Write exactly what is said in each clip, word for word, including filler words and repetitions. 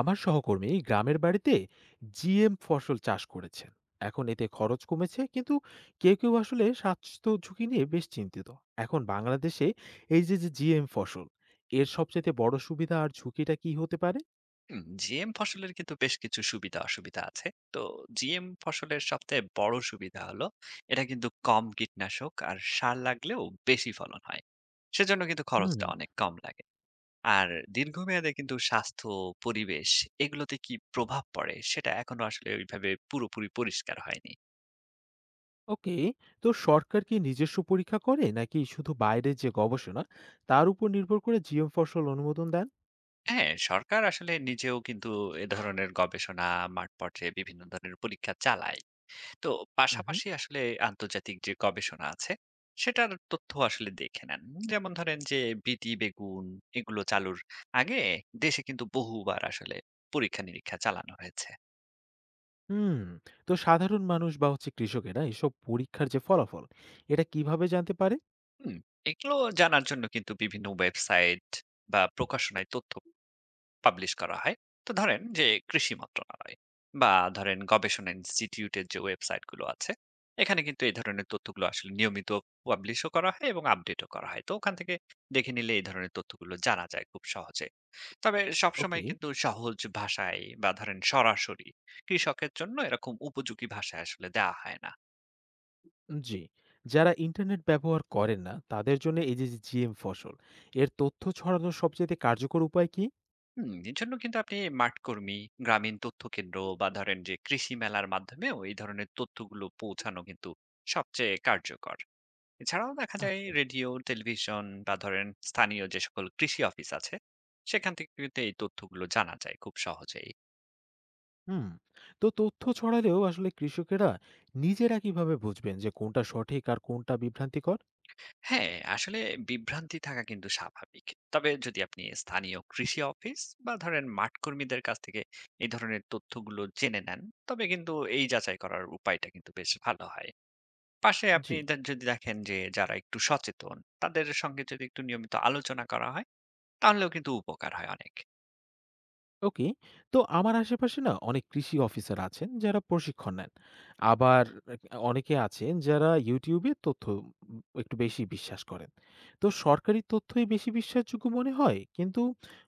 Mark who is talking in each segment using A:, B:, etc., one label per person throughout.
A: আমার সহকর্মী গ্রামের বাড়িতে জিএম ফসল চাষ করেছেন। এখন এতে খরচ কমেছে, কিন্তু কেউ কেউ আসলে স্বাস্থ্য ঝুঁকি নিয়ে বেশ চিন্তিত। এখন বাংলাদেশে এই যে যে জিএম ফসল, এর সবচেয়ে বড় সুবিধা আর ঝুঁকিটা কি হতে পারে?
B: হুম, জিএম ফসলের কিন্তু বেশ কিছু সুবিধা অসুবিধা আছে। তো জিএম ফসলের সবচেয়ে বড় সুবিধা হলো, এটা কিন্তু কম কীটনাশক আর সার লাগলেও বেশি ফলন হয়। সেজন্য কিন্তু
A: হুম।
B: খরচটা অনেক কম লাগে। আর দীর্ঘমেয়াদে কিন্তু স্বাস্থ্য, পরিবেশ, এগুলোতে কি প্রভাব পড়ে সেটা এখনো আসলে ওইভাবে পুরোপুরি পরিষ্কার হয়নি।
A: ওকে। তো সরকার কি নিজস্ব পরীক্ষা করে নাকি শুধু বাইরের যে গবেষণা তার উপর নির্ভর করে জিএম ফসল অনুমোদন দেন?
B: হ্যাঁ, সরকার আসলে নিজেও কিন্তু এ ধরনের গবেষণা, মাঠ পর্যায়ে বিভিন্ন ধরনের পরীক্ষা চালায়। তো
A: হুম।
B: পাশাপাশি আসলে আন্তর্জাতিক যে গবেষণা আছে, সেটার তথ্য আসলে দেখে নেন। যেমন ধরেন যে বিটি বেগুন, এগুলো চালুর আগে দেশে কিন্তু বহুবার আসলে পরীক্ষা নিরীক্ষা চালানো হয়েছে।
A: হুম। তো সাধারণ মানুষ বা হচ্ছে কৃষকেরা এসব পরীক্ষার যে ফলাফল, এটা কিভাবে জানতে পারে?
B: হুম, এগুলো জানার জন্য কিন্তু বিভিন্ন ওয়েবসাইট বা প্রকাশনায় তথ্য পাবলিশ করা হয়। তো ধরেন যে কৃষি মন্ত্রণালয় বা ধরেন গবেষণা ইনস্টিটিউটের যে ওয়েবসাইট গুলো আছে, এখানে কিন্তু এই ধরনের তথ্যগুলো আসলে নিয়মিত পাবলিশও করা হয় এবং আপডেটও করা হয়। তো ওখান থেকে দেখে নিলে এই ধরনের তথ্যগুলো জানা যায় খুব সহজে। তবে সবসময়
A: ওকে।
B: কিন্তু সহজ ভাষায় বা ধরেন সরাসরি কৃষকের জন্য এরকম উপযোগী ভাষায় আসলে দেওয়া হয় না।
A: জি। যারা ইন্টারনেট ব্যবহার করেন না, তাদের জন্য এই যে যে জিএম ফসল, এর তথ্য ছড়ানোর সবচাইতে কার্যকর উপায় কি?
B: হুম, এজন্য কিন্তু আপনি মাঠকর্মী, গ্রামীণ তথ্য কেন্দ্র বা ধরেন যে কৃষি মেলার মাধ্যমেও এই ধরনের তথ্যগুলো পৌঁছানো কিন্তু সবচেয়ে কার্যকর। এছাড়াও দেখা যায়
A: আচ্ছা।
B: রেডিও টেলিভিশন বা ধরেন স্থানীয় যে সকল কৃষি অফিস আছে সেখান থেকে কিন্তু এই তথ্যগুলো জানা যায় খুব সহজেই।
A: হুম। তো তথ্য ছড়ালেও আসলে কৃষকেরা নিজেরা কিভাবে বুঝবেন যে কোনটা সঠিক আর কোনটা বিভ্রান্তিকর?
B: হ্যাঁ, আসলে বিভ্রান্তি থাকা কিন্তু স্বাভাবিক। তবে যদি আপনি স্থানীয় কৃষি অফিস বা ধরেন মাঠ কর্মীদের কাছ থেকে এই ধরনের তথ্যগুলো জেনে নেন, তবে কিন্তু এই যাচাই করার উপায়টা কিন্তু বেশ ভালো হয়। পাশে
A: জি।
B: আপনি দে- যদি দেখেন যে যারা একটু সচেতন, তাদের সঙ্গে যদি একটু নিয়মিত আলোচনা করা হয়, তাহলেও কিন্তু উপকার হয় অনেক।
A: ওকে। তো আমার আশেপাশে না অনেক কৃষি অফিসার আছেন যারা প্রশিক্ষণ নেন। আবার অনেকে আছেন যারা ইউটিউবে তথ্য উম একটু বেশি বিশ্বাস করেন। তো সরকারি তথ্যই বেশি বিশ্বাসযোগ্য মনে হয়, কিন্তু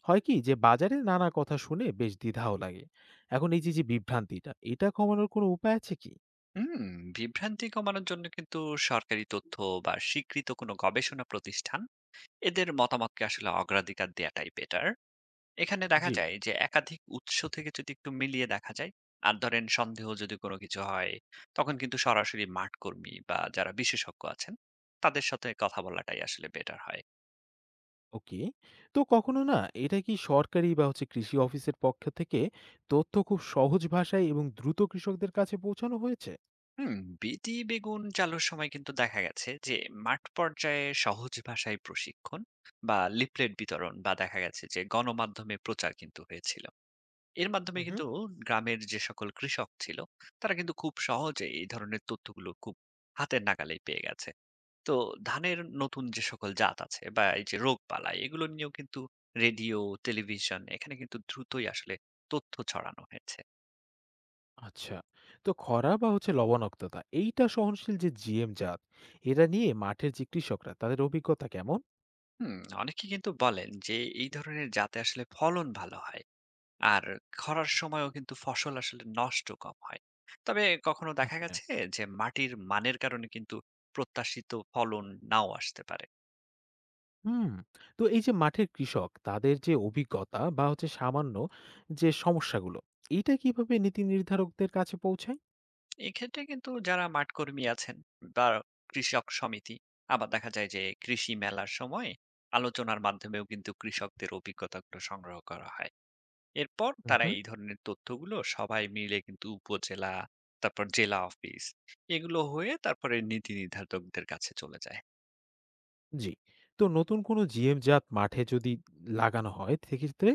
A: হয় কি যে বাজারে নানা কথা শুনে বেশ দ্বিধাও লাগে। এখন এই যে যে বিভ্রান্তিটা এটা কমানোর কোনো উপায় আছে কি?
B: হুম, বিভ্রান্তি কমানোর জন্য কিন্তু সরকারি তথ্য বা স্বীকৃত কোনো গবেষণা প্রতিষ্ঠান, এদের মতামতকে আসলে অগ্রাধিকার দেয়াটাই বেটার। এখানে দেখা
A: জি।
B: যায় যে একাধিক উৎস থেকে যদি একটু মিলিয়ে দেখা যায়, আর ধরেন সন্দেহ যদি কোনো কিছু হয়, তখন কিন্তু সরাসরি মাঠ কর্মী বা যারা বিশেষজ্ঞ আছেন, তাদের সাথে কথা বলাটাই আসলে বেটার হয়।
A: ওকে। তো কখনো না, এটা কি সরকারি বা হচ্ছে কৃষি অফিসের পক্ষ থেকে তথ্য খুব সহজ ভাষায় এবং দ্রুত কৃষকদের কাছে পৌঁছানো হয়েছে?
B: হুম, বিটি বেগুন চালুর সময় কিন্তু দেখা গেছে যে মাঠ পর্যায়ে সহজ ভাষায় প্রশিক্ষণ বা লিফলেট বিতরণ বা দেখা গেছে যে গণমাধ্যমে প্রচার কিন্তু হয়েছিল। এর মাধ্যমে
A: হুম।
B: কিন্তু গ্রামের যে সকল কৃষক ছিল, তারা কিন্তু খুব সহজে এই ধরনের তথ্যগুলো খুব হাতের নাগালেই পেয়ে গেছে। তো ধানের নতুন যে সকল জাত আছে বা এই যে রোগবালাই, এগুলো নিয়েও কিন্তু রেডিও, টেলিভিশন, এখানে কিন্তু দ্রুতই আসলে তথ্য ছড়ানো হয়েছে।
A: আচ্ছা। তো খরা বা হচ্ছে লবণাক্ততা এইটা সহনশীল যে জিএম জাত, এরা নিয়ে মাঠের যে কৃষকরা তাদের অভিজ্ঞতা কেমন?
B: হুম, অনেকে কিন্তু বলেন যে এই ধরনের জাতে আসলে ফলন ভালো হয়, আর খরার সময়ও কিন্তু ফসল আসলে নষ্ট কম হয়। তবে কখনো দেখা
A: আচ্ছা।
B: গেছে যে মাটির মানের কারণে কিন্তু প্রত্যাশিত ফলন নাও আসতে পারে।
A: হুম। তো এই যে মাঠের কৃষক তাদের যে অভিজ্ঞতা বা হচ্ছে সামান্য যে সমস্যাগুলো, এইটা কিভাবে নীতি নির্ধারকদের কাছে পৌঁছায়?
B: এক্ষেত্রে কিন্তু যারা মাঠকর্মী আছেন বা কৃষক সমিতি, আবার দেখা যায় যে কৃষি মেলার সময় আলোচনার মাধ্যমেও কিন্তু কৃষকদের অভিজ্ঞতাগুলো সংগ্রহ করা হয়। এরপর তারা
A: উহু।
B: এই ধরনের তথ্যগুলো সবাই মিলে কিন্তু উপজেলা, তারপর জেলা অফিস, এগুলো হয়ে তারপরে নীতি নির্ধারকদের কাছে চলে যায়।
A: জি। তো নতুন কোনো জিএম জাত মাঠে যদি লাগানো হয় সেক্ষেত্রে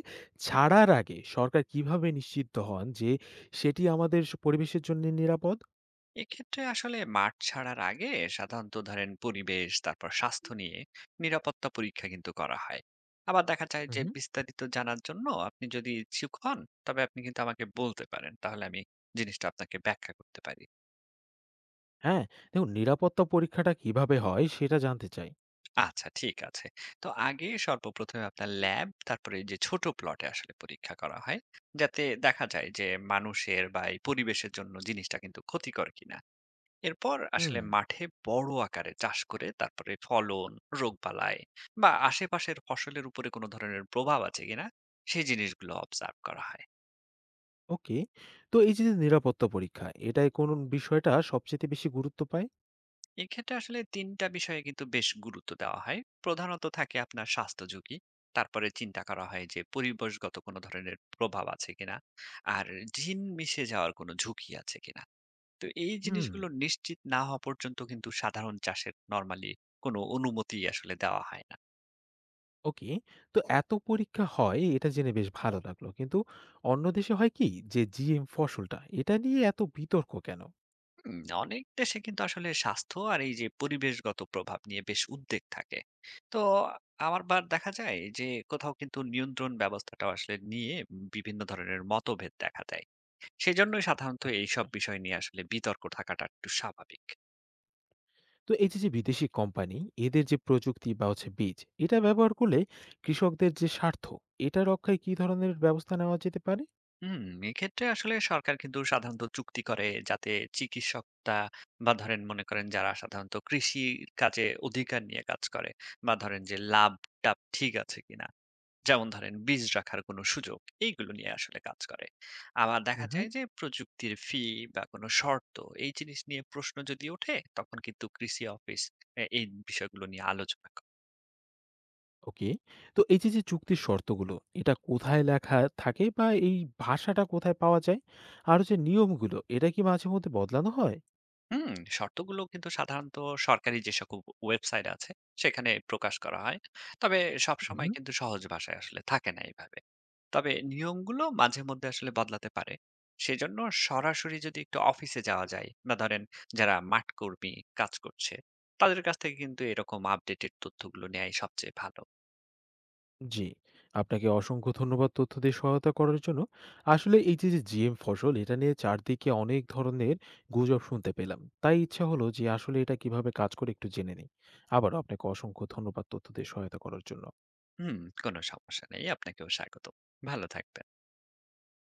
A: ছাড়ার আগে সরকার কিভাবে নিশ্চিত হন যে সেটি আমাদের স পরিবেশের জন্য নিরাপদ?
B: এক্ষেত্রে আসলে মাঠ ছাড়ার আগে সাধারণত ধরেন পরিবেশ, তারপর স্বাস্থ্য নিয়ে নিরাপত্তা পরীক্ষা কিন্তু করা হয়। আবার দেখা যায় যে
A: উহু।
B: বিস্তারিত জানার জন্য আপনি যদি ইচ্ছুক হন, তবে আপনি কিন্তু আমাকে বলতে পারেন, তাহলে আমি জিনিসটা আপনাকে ব্যাখ্যা করতে পারি।
A: হ্যাঁ, দেখুন নিরাপত্তা পরীক্ষাটা কিভাবে হয় সেটা জানতে চাই।
B: আচ্ছা, ঠিক আছে। তো আগে সর্বপ্রথমে আপনার ল্যাব, তারপরে এই যে ছোট প্লটে আসলে পরীক্ষা করা হয়, যাতে দেখা যায় যে মানুষের বা এই পরিবেশের জন্য জিনিসটা কিন্তু ক্ষতিকর কিনা। এরপর
A: হুম,
B: আসলে মাঠে বড় আকারে চাষ করে তারপরে ফলন, রোগবালাই বা আশেপাশের ফসলের উপরে কোনো ধরনের প্রভাব আছে কিনা সেই জিনিসগুলো অবজার্ভ করা হয়।
A: ওকে। তো এই যে যে নিরাপত্তা পরীক্ষা, এটায় কোন বিষয়টা সবচাইতে বেশি গুরুত্ব পায়?
B: এক্ষেত্রে আসলে তিনটা বিষয়ে কিন্তু বেশ গুরুত্ব দেওয়া হয়। প্রধানত থাকে আপনার স্বাস্থ্য ঝুঁকি, তারপরে চিন্তা করা হয় যে পরিবেশগত কোনো ধরনের প্রভাব আছে কিনা, আর জিন মিশে যাওয়ার কোনো ঝুঁকি আছে কিনা। তো এই
A: হুম,
B: জিনিসগুলো নিশ্চিত না হওয়া পর্যন্ত কিন্তু সাধারণ চাষের নরমালি কোনো অনুমতি আসলে দেওয়া হয় না।
A: ওকে। তো এত পরীক্ষা হয় এটা জেনে বেশ ভালো লাগলো। কিন্তু অন্য দেশে হয় কি যে জিএম ফসলটা এটা নিয়ে এত বিতর্ক কেন?
B: হুম, অনেক দেশে কিন্তু আসলে স্বাস্থ্য আর এই যে পরিবেশগত প্রভাব নিয়ে বেশ উদ্বেগ থাকে। তো আমার বার দেখা যায় যে কোথাও কিন্তু নিয়ন্ত্রণ ব্যবস্থাটা আসলে নিয়ে বিভিন্ন ধরনের মতভেদ দেখা দেয়। সেজন্যই সাধারণত
A: আচ্ছা।
B: এইসব বিষয় নিয়ে আসলে বিতর্ক থাকাটা একটু স্বাভাবিক।
A: তো এই যে যে বিদেশি কোম্পানি এদের যে প্রযুক্তি বা হচ্ছে বীজ এটা ব্যবহার করলে কৃষকদের যে স্বার্থ এটা রক্ষায় কি ধরনের ব্যবস্থা নেওয়া যেতে পারে?
B: হুম, এক্ষেত্রে আসলে সরকার কিন্তু সাধারণত চুক্তি করে, যাতে চিকিৎসকটা বা ধরেন মনে করেন যারা সাধারণত কৃষি কাজে অধিকার নিয়ে কাজ করে, বা ধরেন যে লাভ টাভ ঠিক আছে কিনা, যেমন ধরেন বীজ রাখার কোনো সুযোগ, এইগুলো নিয়ে আসলে কাজ করে। আবার দেখা যায় যে প্রযুক্তির ফি বা কোনো শর্ত, এই জিনিস নিয়ে প্রশ্ন যদি ওঠে তখন কিন্তু কৃষি অফিস এ, এই বিষয়গুলো নিয়ে আলোচনা করে।
A: ওকে। তো এই যে, যে চুক্তির শর্তগুলো, এটা কোথায় লেখা থাকে বা এই ভাষাটা কোথায় পাওয়া যায়? আরো যে নিয়মগুলো, এটা কি মাঝে মধ্যে বদলানো হয়?
B: হুম, শর্তগুলো কিন্তু সাধারণত সরকারি যে সকল ওয়েবসাইট আছে সেখানে প্রকাশ করা হয়। তবে
A: উহু।
B: সবসময় কিন্তু সহজ ভাষায় আসলে থাকে না এভাবে। তবে নিয়মগুলো মাঝে মধ্যে আসলে বদলাতে পারে। সেজন্য সরাসরি যদি একটু অফিসে যাওয়া যায় বা ধরেন যারা মাঠ কর্মী কাজ করছে, তাদের কাছ থেকে কিন্তু এরকম আপডেটেড তথ্যগুলো নেয়াই সবচেয়ে ভালো।
A: জি, আপনাকে অসংখ্য ধন্যবাদ তথ্য দিয়ে সহায়তা করার জন্য। আসলে এই যে, যে জিএম ফসল, এটা নিয়ে চারদিকে অনেক ধরনের গুজব শুনতে পেলাম। তাই ইচ্ছা হলো যে আসলে এটা কিভাবে কাজ করে একটু জেনে নেই। আবারও আপনাকে অসংখ্য ধন্যবাদ তথ্য দিয়ে সহায়তা করার জন্য।
B: হুম, কোনো সমস্যা নেই। আপনাকেও স্বাগত। ভালো থাকবেন।